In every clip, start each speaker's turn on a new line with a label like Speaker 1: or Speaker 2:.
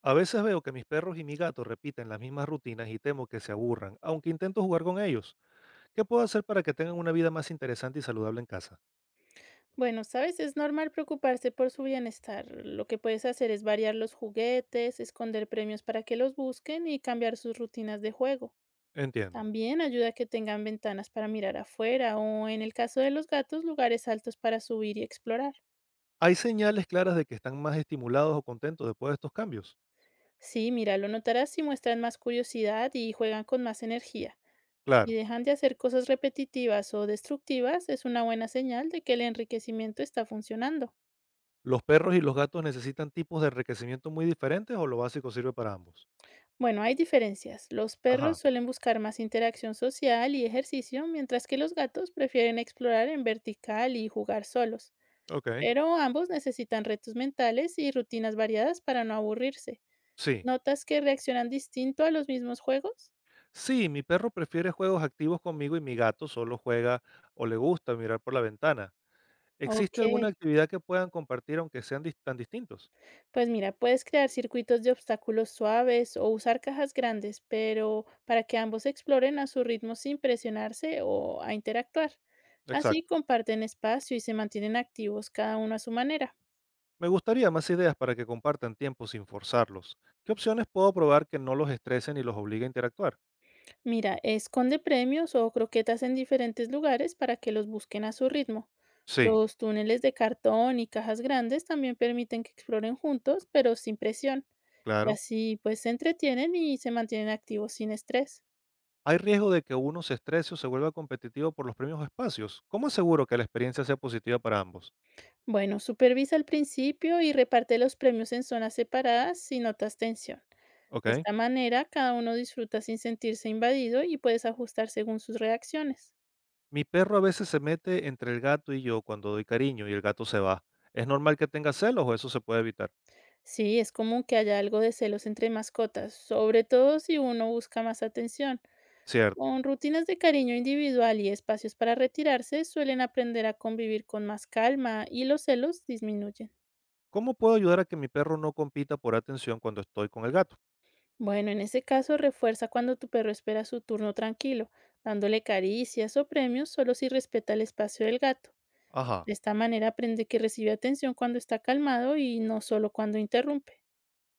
Speaker 1: A veces veo que mis perros y mi gato repiten las mismas rutinas y temo que se aburran, aunque intento jugar con ellos. ¿Qué puedo hacer para que tengan una vida más interesante y saludable en casa?
Speaker 2: Bueno, sabes, es normal preocuparse por su bienestar. Lo que puedes hacer es variar los juguetes, esconder premios para que los busquen y cambiar sus rutinas de juego.
Speaker 1: Entiendo.
Speaker 2: También ayuda a que tengan ventanas para mirar afuera o, en el caso de los gatos, lugares altos para subir y explorar.
Speaker 1: ¿Hay señales claras de que están más estimulados o contentos después de estos cambios?
Speaker 2: Sí, mira, lo notarás si muestran más curiosidad y juegan con más energía.
Speaker 1: Claro.
Speaker 2: Si dejan de hacer cosas repetitivas o destructivas, es una buena señal de que el enriquecimiento está funcionando.
Speaker 1: ¿Los perros y los gatos necesitan tipos de enriquecimiento muy diferentes o lo básico sirve para ambos?
Speaker 2: Bueno, hay diferencias. Los perros
Speaker 1: Ajá,
Speaker 2: suelen buscar más interacción social y ejercicio, mientras que los gatos prefieren explorar en vertical y jugar solos.
Speaker 1: ok.
Speaker 2: Pero ambos necesitan retos mentales y rutinas variadas para no aburrirse.
Speaker 1: Sí.
Speaker 2: ¿Notas que reaccionan distinto a los mismos juegos?
Speaker 1: Sí, mi perro prefiere juegos activos conmigo y mi gato solo juega o le gusta mirar por la ventana.
Speaker 2: Ok.
Speaker 1: ¿Existe alguna actividad que puedan compartir aunque sean tan distintos?
Speaker 2: Pues mira, puedes crear circuitos de obstáculos suaves o usar cajas grandes, pero para que ambos exploren a su ritmo sin presionarse o a interactuar. Así
Speaker 1: Exacto.
Speaker 2: comparten espacio y se mantienen activos cada uno a su manera.
Speaker 1: Me gustaría más ideas para que compartan tiempo sin forzarlos. ¿Qué opciones puedo probar que no los estresen y los obligue a interactuar?
Speaker 2: Mira, esconde premios o croquetas en diferentes lugares para que los busquen a su ritmo.
Speaker 1: Sí,
Speaker 2: Los túneles de cartón y cajas grandes también permiten que exploren juntos, pero sin presión. Y
Speaker 1: claro.
Speaker 2: así pues se entretienen y se mantienen activos sin estrés.
Speaker 1: Hay riesgo de que uno se estrese o se vuelva competitivo por los premios o espacios. ¿Cómo aseguro que la experiencia sea positiva para ambos?
Speaker 2: Bueno, supervisa al principio y reparte los premios en zonas separadas si notas tensión. De
Speaker 1: Ok.
Speaker 2: esta manera, cada uno disfruta sin sentirse invadido y puedes ajustar según sus reacciones.
Speaker 1: Mi perro a veces se mete entre el gato y yo cuando doy cariño y el gato se va. ¿Es normal que tenga celos o eso se puede evitar?
Speaker 2: Sí, es común que haya algo de celos entre mascotas, sobre todo si uno busca más atención.
Speaker 1: Cierto.
Speaker 2: Con rutinas de cariño individual y espacios para retirarse, suelen aprender a convivir con más calma y los celos disminuyen.
Speaker 1: ¿Cómo puedo ayudar a que mi perro no compita por atención cuando estoy con el gato?
Speaker 2: Bueno, en ese caso refuerza cuando tu perro espera su turno tranquilo, dándole caricias o premios solo si respeta el espacio del gato.
Speaker 1: Ajá.
Speaker 2: De esta manera aprende que recibe atención cuando está calmado y no solo cuando interrumpe.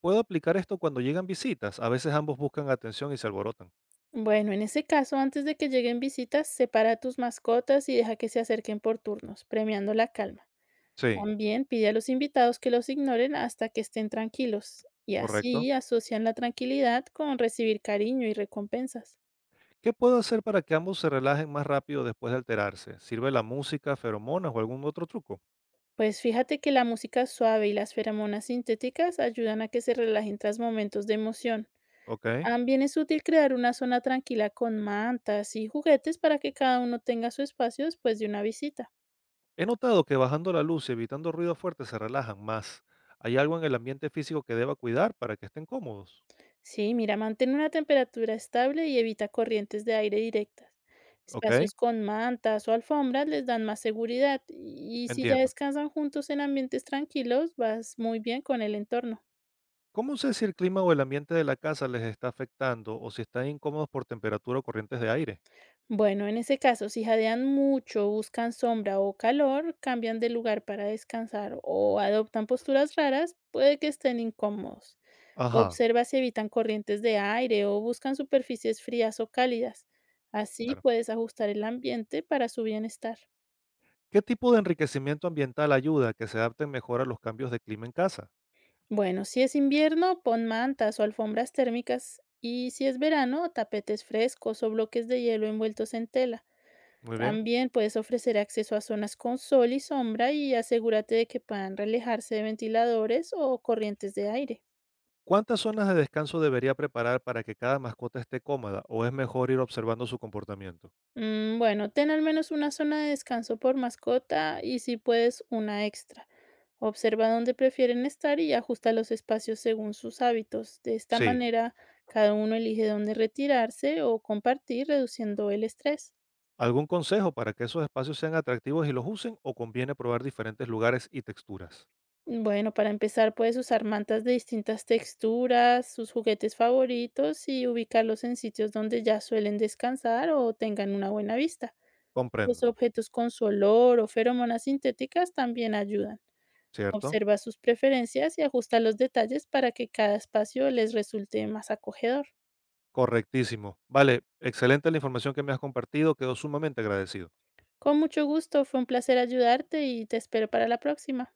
Speaker 1: Puedo aplicar esto cuando llegan visitas. A veces ambos buscan atención y se alborotan.
Speaker 2: Bueno, en ese caso, antes de que lleguen visitas, separa a tus mascotas y deja que se acerquen por turnos, premiando la calma.
Speaker 1: Sí,
Speaker 2: También pide a los invitados que los ignoren hasta que estén tranquilos, y
Speaker 1: correcto.
Speaker 2: así asocian la tranquilidad con recibir cariño y recompensas.
Speaker 1: ¿Qué puedo hacer para que ambos se relajen más rápido después de alterarse? ¿Sirve la música, feromonas o algún otro truco?
Speaker 2: Pues fíjate que la música suave y las feromonas sintéticas ayudan a que se relajen tras momentos de emoción.
Speaker 1: Ok.
Speaker 2: También es útil crear una zona tranquila con mantas y juguetes para que cada uno tenga su espacio después de una visita.
Speaker 1: He notado que bajando la luz y evitando ruidos fuertes se relajan más. ¿Hay algo en el ambiente físico que deba cuidar para que estén cómodos?
Speaker 2: Sí, mira, mantén una temperatura estable y evita corrientes de aire directas.
Speaker 1: Ok,
Speaker 2: Espacios con mantas o alfombras les dan más seguridad y si ya
Speaker 1: entiendo.
Speaker 2: descansan juntos en ambientes tranquilos, vas muy bien con el entorno.
Speaker 1: ¿Cómo sé si el clima o el ambiente de la casa les está afectando o si están incómodos por temperatura o corrientes de aire?
Speaker 2: Bueno, en ese caso, si jadean mucho, buscan sombra o calor, cambian de lugar para descansar o adoptan posturas raras, puede que estén incómodos.
Speaker 1: Ajá,
Speaker 2: Observa si evitan corrientes de aire o buscan superficies frías o cálidas. Así
Speaker 1: claro.
Speaker 2: puedes ajustar el ambiente para su bienestar.
Speaker 1: ¿Qué tipo de enriquecimiento ambiental ayuda a que se adapten mejor a los cambios de clima en casa?
Speaker 2: Bueno, si es invierno, pon mantas o alfombras térmicas y si es verano, tapetes frescos o bloques de hielo envueltos en tela.
Speaker 1: Muy bien.
Speaker 2: También puedes ofrecer acceso a zonas con sol y sombra y asegúrate de que puedan relajarse de ventiladores o corrientes de aire.
Speaker 1: ¿Cuántas zonas de descanso debería preparar para que cada mascota esté cómoda o es mejor ir observando su comportamiento?
Speaker 2: Bueno, ten al menos una zona de descanso por mascota y si puedes una extra. Observa dónde prefieren estar y ajusta los espacios según sus hábitos. De esta
Speaker 1: Sí.
Speaker 2: manera, cada uno elige dónde retirarse o compartir, reduciendo el estrés.
Speaker 1: ¿Algún consejo para que esos espacios sean atractivos y los usen o conviene probar diferentes lugares y texturas?
Speaker 2: Bueno, para empezar puedes usar mantas de distintas texturas, sus juguetes favoritos y ubicarlos en sitios donde ya suelen descansar o tengan una buena vista. Los
Speaker 1: Comprendo,
Speaker 2: objetos con su olor o feromonas sintéticas también ayudan.
Speaker 1: ¿cierto?
Speaker 2: Observa sus preferencias y ajusta los detalles para que cada espacio les resulte más acogedor.
Speaker 1: Correctísimo. Vale, excelente la información que me has compartido, quedo sumamente agradecido.
Speaker 2: Con mucho gusto, fue un placer ayudarte y te espero para la próxima.